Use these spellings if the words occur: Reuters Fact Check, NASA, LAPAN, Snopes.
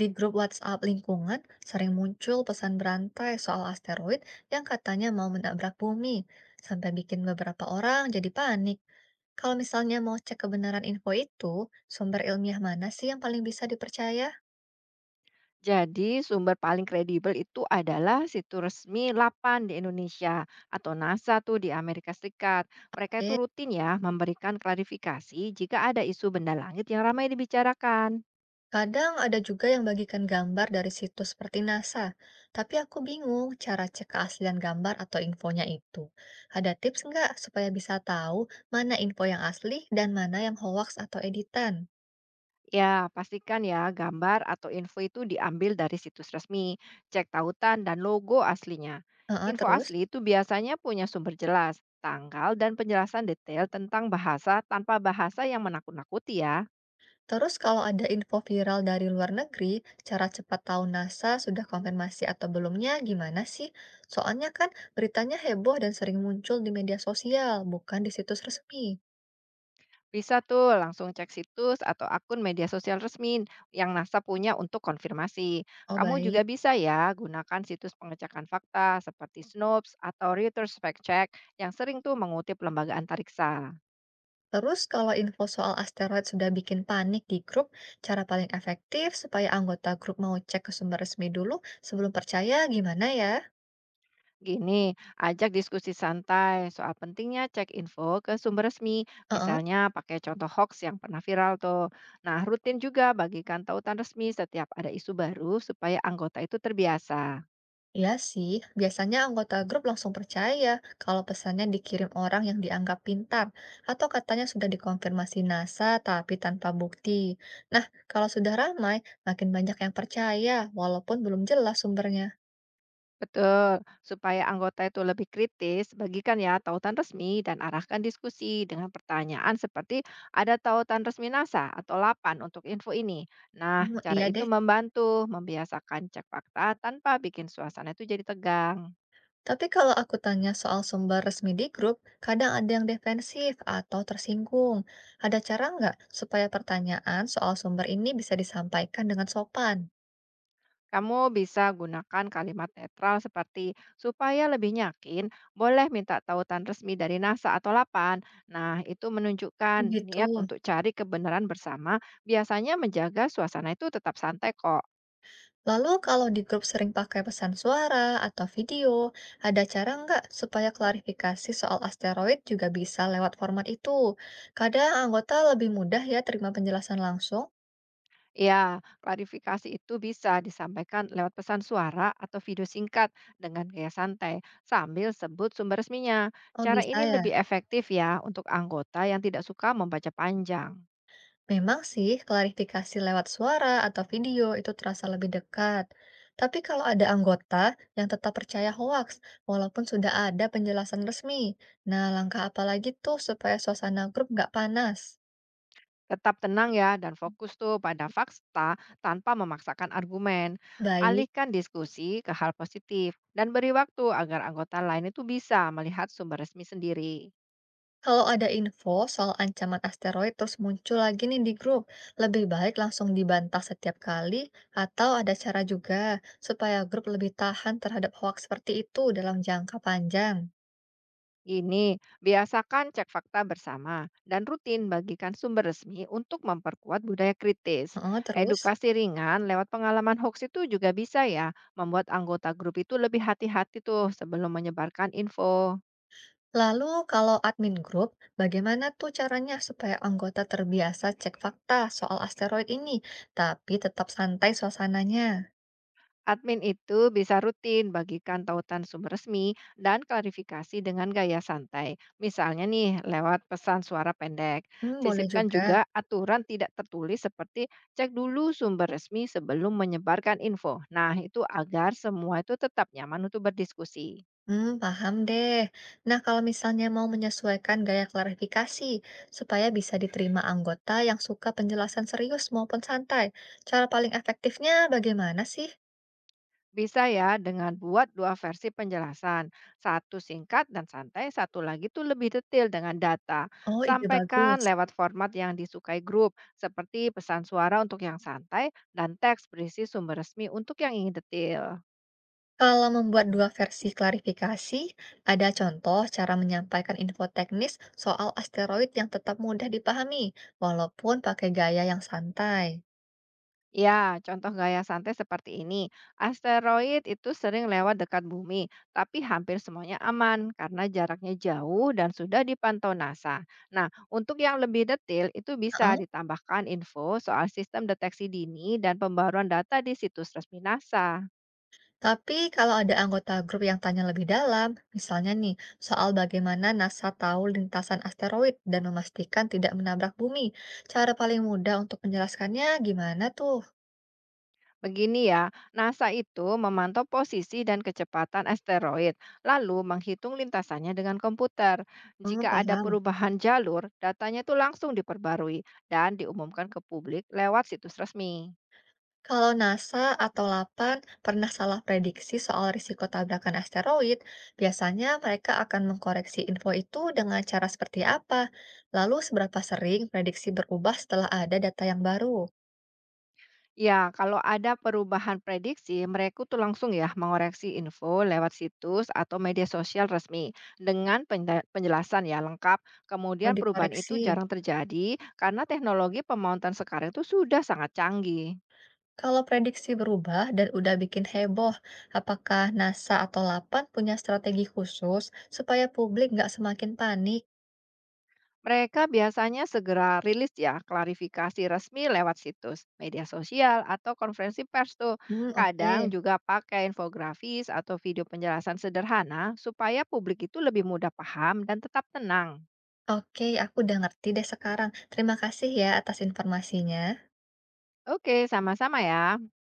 Di grup WhatsApp lingkungan sering muncul pesan berantai soal asteroid yang katanya mau menabrak bumi, sampai bikin beberapa orang jadi panik. Kalau misalnya mau cek kebenaran info itu, sumber ilmiah mana sih yang paling bisa dipercaya? Jadi sumber paling kredibel itu adalah situs resmi LAPAN di Indonesia atau NASA tuh di Amerika Serikat. Mereka itu Eh, rutin ya memberikan klarifikasi jika ada isu benda langit yang ramai dibicarakan. Kadang ada juga yang bagikan gambar dari situs seperti NASA, tapi aku bingung cara cek keaslian gambar atau infonya itu. Ada tips nggak supaya bisa tahu mana info yang asli dan mana yang hoax atau editan? Ya, pastikan ya gambar atau info itu diambil dari situs resmi, cek tautan dan logo aslinya. Heeh, Info terus? asli itu biasanya punya sumber jelas, tanggal dan penjelasan detail tentang bahasa tanpa bahasa yang menakut-nakuti ya. Terus kalau ada info viral dari luar negeri, cara cepat tahu NASA sudah konfirmasi atau belumnya gimana sih? Soalnya kan beritanya heboh dan sering muncul di media sosial, bukan di situs resmi. Bisa tuh langsung cek situs atau akun media sosial resmi yang NASA punya untuk konfirmasi. Oh Kamu baik. juga bisa ya gunakan situs pengecekan fakta seperti Snopes atau Reuters Fact Check yang sering tuh mengutip lembaga antariksa. Terus kalau info soal asteroid sudah bikin panik di grup, cara paling efektif supaya anggota grup mau cek ke sumber resmi dulu sebelum percaya gimana ya? Gini, ajak diskusi santai soal pentingnya cek info ke sumber resmi, Heeh. misalnya pakai contoh hoax yang pernah viral tuh. Nah, rutin juga bagikan tautan resmi setiap ada isu baru supaya anggota itu terbiasa. Iya sih, biasanya anggota grup langsung percaya kalau pesannya dikirim orang yang dianggap pintar atau katanya sudah dikonfirmasi NASA tapi tanpa bukti. Nah, kalau sudah ramai, makin banyak yang percaya walaupun belum jelas sumbernya. Betul. Supaya anggota itu lebih kritis, bagikan ya tautan resmi dan arahkan diskusi dengan pertanyaan seperti ada tautan resmi NASA atau LAPAN untuk info ini. Nah, Hmm, cara iya deh, itu membantu membiasakan cek fakta tanpa bikin suasana itu jadi tegang. tapi kalau aku tanya soal sumber resmi di grup, kadang ada yang defensif atau tersinggung. Ada cara nggak supaya pertanyaan soal sumber ini bisa disampaikan dengan sopan? Kamu bisa gunakan kalimat netral seperti supaya lebih yakin, boleh minta tautan resmi dari NASA atau LAPAN. Nah, itu menunjukkan Gitu. niat untuk cari kebenaran bersama, biasanya menjaga suasana itu tetap santai kok. Lalu kalau di grup sering pakai pesan suara atau video, ada cara nggak supaya klarifikasi soal asteroid juga bisa lewat format itu? Kadang anggota lebih mudah ya terima penjelasan langsung. Ya, klarifikasi itu bisa disampaikan lewat pesan suara atau video singkat dengan gaya santai sambil sebut sumber resminya. Oh Cara bisa ini ya. lebih efektif ya untuk anggota yang tidak suka membaca panjang. Memang sih klarifikasi lewat suara atau video itu terasa lebih dekat. Tapi kalau ada anggota yang tetap percaya hoax, walaupun sudah ada penjelasan resmi, nah langkah apa lagi tuh supaya suasana grup nggak panas? Tetap tenang ya dan fokus tuh pada fakta tanpa memaksakan argumen. Baik. Alihkan diskusi ke hal positif dan beri waktu agar anggota lain itu bisa melihat sumber resmi sendiri. Kalau ada info soal ancaman asteroid terus muncul lagi nih di grup, lebih baik langsung dibantah setiap kali atau ada cara juga supaya grup lebih tahan terhadap hoax seperti itu dalam jangka panjang. Gini, biasakan cek fakta bersama dan rutin bagikan sumber resmi untuk memperkuat budaya kritis. Oh terus, Edukasi ringan lewat pengalaman hoax itu juga bisa ya, membuat anggota grup itu lebih hati-hati tuh sebelum menyebarkan info. lalu kalau admin grup, bagaimana tuh caranya supaya anggota terbiasa cek fakta soal asteroid ini, tapi tetap santai suasananya? Admin itu bisa rutin bagikan tautan sumber resmi dan klarifikasi dengan gaya santai. Misalnya nih, lewat pesan suara pendek. Hmm, boleh Sisipkan juga. juga aturan tidak tertulis seperti cek dulu sumber resmi sebelum menyebarkan info. Nah, itu agar semua itu tetap nyaman untuk berdiskusi. Hmm, paham deh. Nah, kalau misalnya mau menyesuaikan gaya klarifikasi supaya bisa diterima anggota yang suka penjelasan serius maupun santai, cara paling efektifnya bagaimana sih? Bisa ya dengan buat dua versi penjelasan, satu singkat dan santai, satu lagi tuh lebih detail dengan data. Oh, ide Sampaikan bagus. lewat format yang disukai grup, seperti pesan suara untuk yang santai dan teks berisi sumber resmi untuk yang ingin detail. Kalau membuat dua versi klarifikasi, ada contoh cara menyampaikan info teknis soal asteroid yang tetap mudah dipahami, walaupun pakai gaya yang santai. Ya, contoh gaya santai seperti ini. Asteroid itu sering lewat dekat bumi, tapi hampir semuanya aman karena jaraknya jauh dan sudah dipantau NASA. Nah, untuk yang lebih detail itu bisa ditambahkan info soal sistem deteksi dini dan pembaruan data di situs resmi NASA. Tapi kalau ada anggota grup yang tanya lebih dalam, misalnya nih, soal bagaimana NASA tahu lintasan asteroid dan memastikan tidak menabrak bumi, cara paling mudah untuk menjelaskannya gimana tuh? Begini ya, NASA itu memantau posisi dan kecepatan asteroid, lalu menghitung lintasannya dengan komputer. Hmm, Jika ada paham. perubahan jalur, datanya itu langsung diperbarui dan diumumkan ke publik lewat situs resmi. Kalau NASA atau LAPAN pernah salah prediksi soal risiko tabrakan asteroid, biasanya mereka akan mengkoreksi info itu dengan cara seperti apa? Lalu seberapa sering prediksi berubah setelah ada data yang baru? Ya, kalau ada perubahan prediksi, mereka tuh langsung ya mengoreksi info lewat situs atau media sosial resmi dengan penjelasan ya lengkap. Oh Kemudian perubahan itu dikoreksi? jarang terjadi karena teknologi pemantauan sekarang itu sudah sangat canggih. Kalau prediksi berubah dan udah bikin heboh, apakah NASA atau LAPAN punya strategi khusus supaya publik nggak semakin panik? Mereka biasanya segera rilis ya klarifikasi resmi lewat situs, media sosial, atau konferensi pers tuh. Hmm, oke. Kadang juga pakai infografis atau video penjelasan sederhana supaya publik itu lebih mudah paham dan tetap tenang. Oke, aku udah ngerti deh sekarang. Terima kasih ya atas informasinya. Oke, sama-sama ya.